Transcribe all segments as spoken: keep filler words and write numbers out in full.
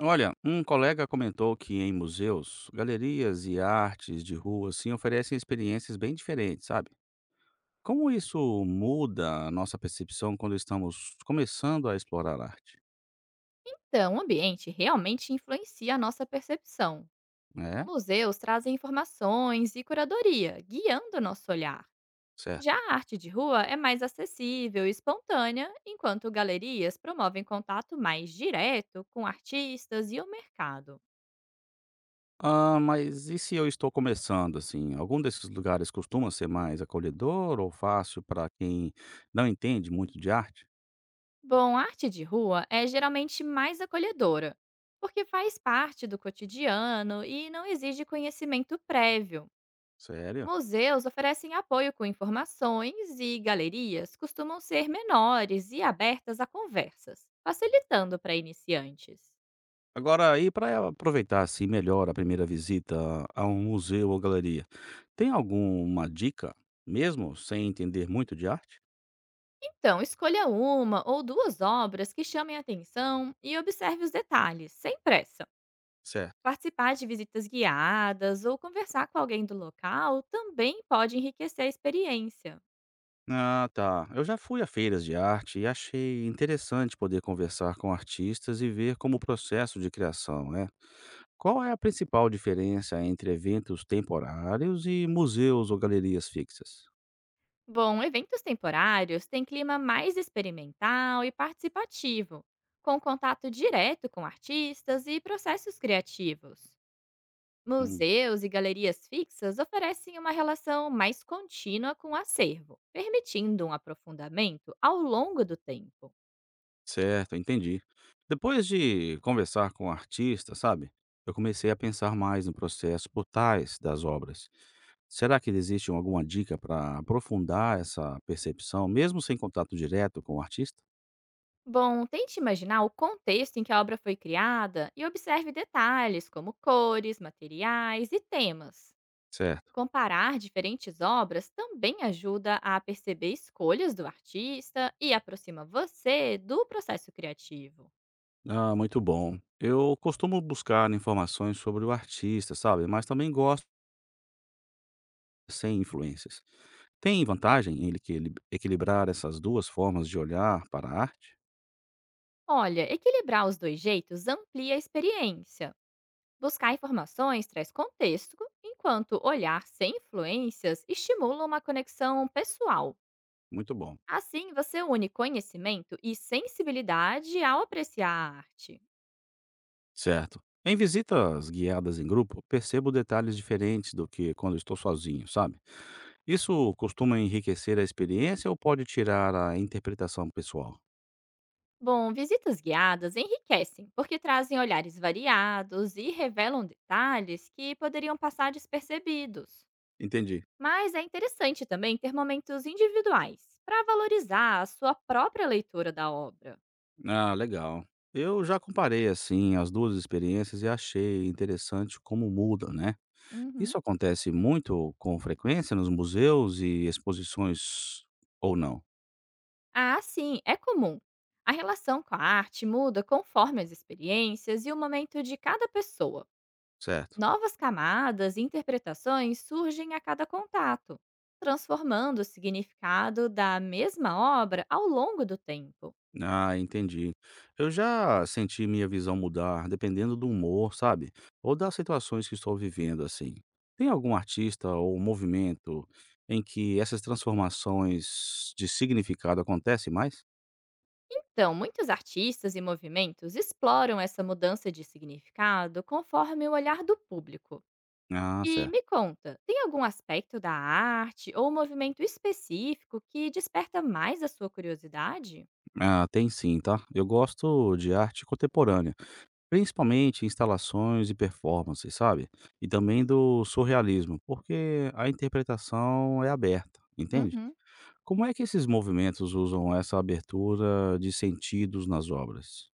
Olha, um colega comentou que em museus, galerias e artes de rua assim oferecem experiências bem diferentes, sabe? Como isso muda a nossa percepção quando estamos começando a explorar arte? Então, o ambiente realmente influencia a nossa percepção. É, Museus trazem informações e curadoria, guiando o nosso olhar. Já certo. a arte de rua é mais acessível e espontânea, enquanto galerias promovem contato mais direto com artistas e o mercado. Ah, mas e se eu estou começando assim? Algum desses lugares costuma ser mais acolhedor ou fácil para quem não entende muito de arte? Bom, a arte de rua é geralmente mais acolhedora, porque faz parte do cotidiano e não exige conhecimento prévio. Sério? Museus oferecem apoio com informações e galerias costumam ser menores e abertas a conversas, facilitando para iniciantes. Agora aí para aproveitar, assim, melhor a primeira visita a um museu ou galeria, tem alguma dica, mesmo sem entender muito de arte? Então, escolha uma ou duas obras que chamem atenção e observe os detalhes, sem pressa. Certo. Participar de visitas guiadas ou conversar com alguém do local também pode enriquecer a experiência. Ah, tá. Eu já fui a feiras de arte e achei interessante poder conversar com artistas e ver como o processo de criação é. Qual é a principal diferença entre eventos temporários e museus ou galerias fixas? Bom, eventos temporários têm clima mais experimental e participativo, com contato direto com artistas e processos criativos. Hum. Museus e galerias fixas oferecem uma relação mais contínua com o acervo, permitindo um aprofundamento ao longo do tempo. Certo, entendi. Depois de conversar com o artista, sabe, eu comecei a pensar mais no processo por trás das obras. Será que existe alguma dica para aprofundar essa percepção, mesmo sem contato direto com o artista? Bom, tente imaginar o contexto em que a obra foi criada e observe detalhes como cores, materiais e temas. Certo. Comparar diferentes obras também ajuda a perceber escolhas do artista e aproxima você do processo criativo. Ah, muito bom. Eu costumo buscar informações sobre o artista, sabe, mas também gosto sem influências. Tem vantagem em ele que- ele- equilibrar essas duas formas de olhar para a arte? Olha, equilibrar os dois jeitos amplia a experiência. Buscar informações traz contexto, enquanto olhar sem influências estimula uma conexão pessoal. Muito bom. Assim, você une conhecimento e sensibilidade ao apreciar a arte. Certo. Em visitas guiadas em grupo, percebo detalhes diferentes do que quando estou sozinho, sabe? Isso costuma enriquecer a experiência ou pode tirar a interpretação pessoal? Bom, visitas guiadas enriquecem, porque trazem olhares variados e revelam detalhes que poderiam passar despercebidos. Entendi. Mas é interessante também ter momentos individuais para valorizar a sua própria leitura da obra. Ah, legal. Eu já comparei assim as duas experiências e achei interessante como muda, né? Uhum. Isso acontece muito com frequência nos museus e exposições ou não, Ah, sim, é comum. A relação com a arte muda conforme as experiências e o momento de cada pessoa. certo? Novas camadas e interpretações surgem a cada contato, transformando o significado da mesma obra ao longo do tempo. Ah, entendi. Eu já senti minha visão mudar dependendo do humor, sabe? Ou das situações que estou vivendo, assim. Tem algum artista ou movimento em que essas transformações de significado acontecem mais? Então, muitos artistas e movimentos exploram essa mudança de significado conforme o olhar do público. Ah, E certo. me conta, tem algum aspecto da arte ou movimento específico que desperta mais a sua curiosidade? Ah, tem sim, tá? Eu gosto de arte contemporânea, principalmente instalações e performances, sabe? E também do surrealismo, porque a interpretação é aberta, entende? Uhum. Como é que esses movimentos usam essa abertura de sentidos nas obras?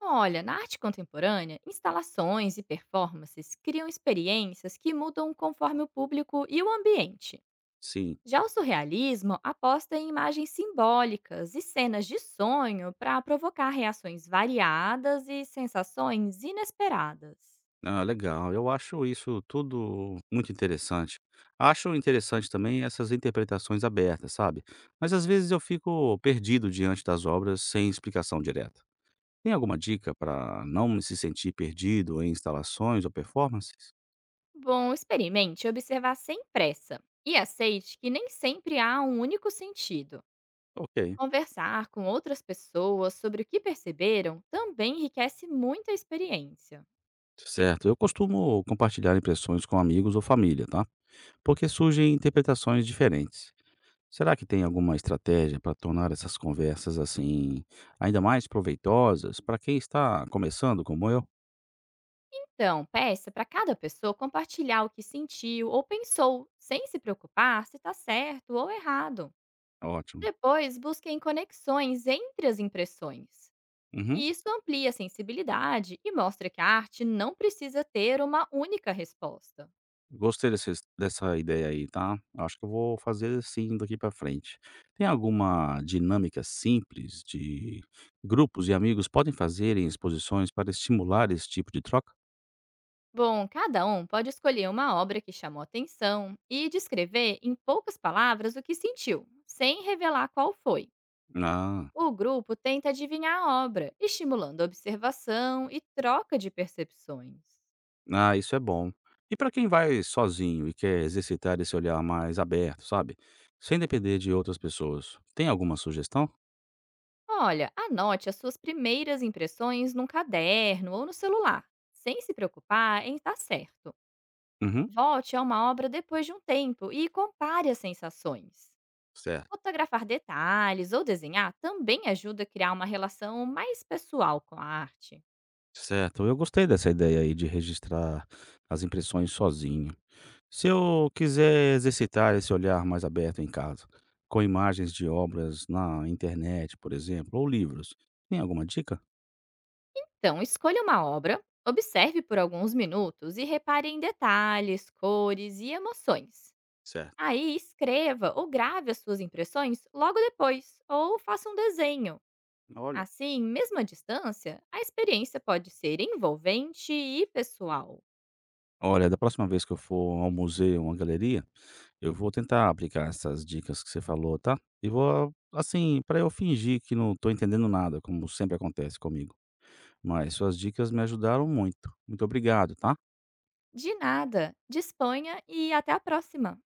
Olha, na arte contemporânea, instalações e performances criam experiências que mudam conforme o público e o ambiente. Sim. Já o surrealismo aposta em imagens simbólicas e cenas de sonho para provocar reações variadas e sensações inesperadas. Ah, legal. Eu acho isso tudo muito interessante. Acho interessante também essas interpretações abertas, sabe? Mas às vezes eu fico perdido diante das obras sem explicação direta. Tem alguma dica para não se sentir perdido em instalações ou performances? Bom, experimente observar sem pressa e aceite que nem sempre há um único sentido. Ok. Conversar com outras pessoas sobre o que perceberam também enriquece muito a experiência. Certo. Eu costumo compartilhar impressões com amigos ou família, tá? Porque surgem interpretações diferentes. Será que tem alguma estratégia para tornar essas conversas, assim, ainda mais proveitosas para quem está começando, como eu? Então, peça para cada pessoa compartilhar o que sentiu ou pensou, sem se preocupar se está certo ou errado. Ótimo. Depois, busquem conexões entre as impressões. Uhum. E isso amplia a sensibilidade e mostra que a arte não precisa ter uma única resposta. Gostei desses- dessa ideia aí, tá? Acho que eu vou fazer assim daqui para frente. Tem alguma dinâmica simples de grupos e amigos podem fazer em exposições para estimular esse tipo de troca? Bom, cada um pode escolher uma obra que chamou atenção e descrever em poucas palavras o que sentiu, sem revelar qual foi. Ah, O grupo tenta adivinhar a obra, estimulando a observação e troca de percepções. Ah, isso é bom. E para quem vai sozinho e quer exercitar esse olhar mais aberto, sabe? Sem depender de outras pessoas. Tem alguma sugestão? Olha, anote as suas primeiras impressões num caderno ou no celular, sem se preocupar em estar certo. Uhum. Volte a uma obra depois de um tempo e compare as sensações. Certo. Fotografar detalhes ou desenhar também ajuda a criar uma relação mais pessoal com a arte. Certo. Eu gostei dessa ideia aí de registrar as impressões sozinho. Se eu quiser exercitar esse olhar mais aberto em casa, com imagens de obras na internet, por exemplo, ou livros, tem alguma dica? Então, escolha uma obra, observe por alguns minutos e repare em detalhes, cores e emoções. Certo. Aí escreva ou grave as suas impressões logo depois, ou faça um desenho. Olha. Assim, mesmo à distância, a experiência pode ser envolvente e pessoal. Olha, da próxima vez que eu for ao museu ou à galeria, eu vou tentar aplicar essas dicas que você falou, tá? E vou, assim, para eu fingir que não tô entendendo nada, como sempre acontece comigo. Mas suas dicas me ajudaram muito. Muito obrigado, tá? De nada, disponha e até a próxima!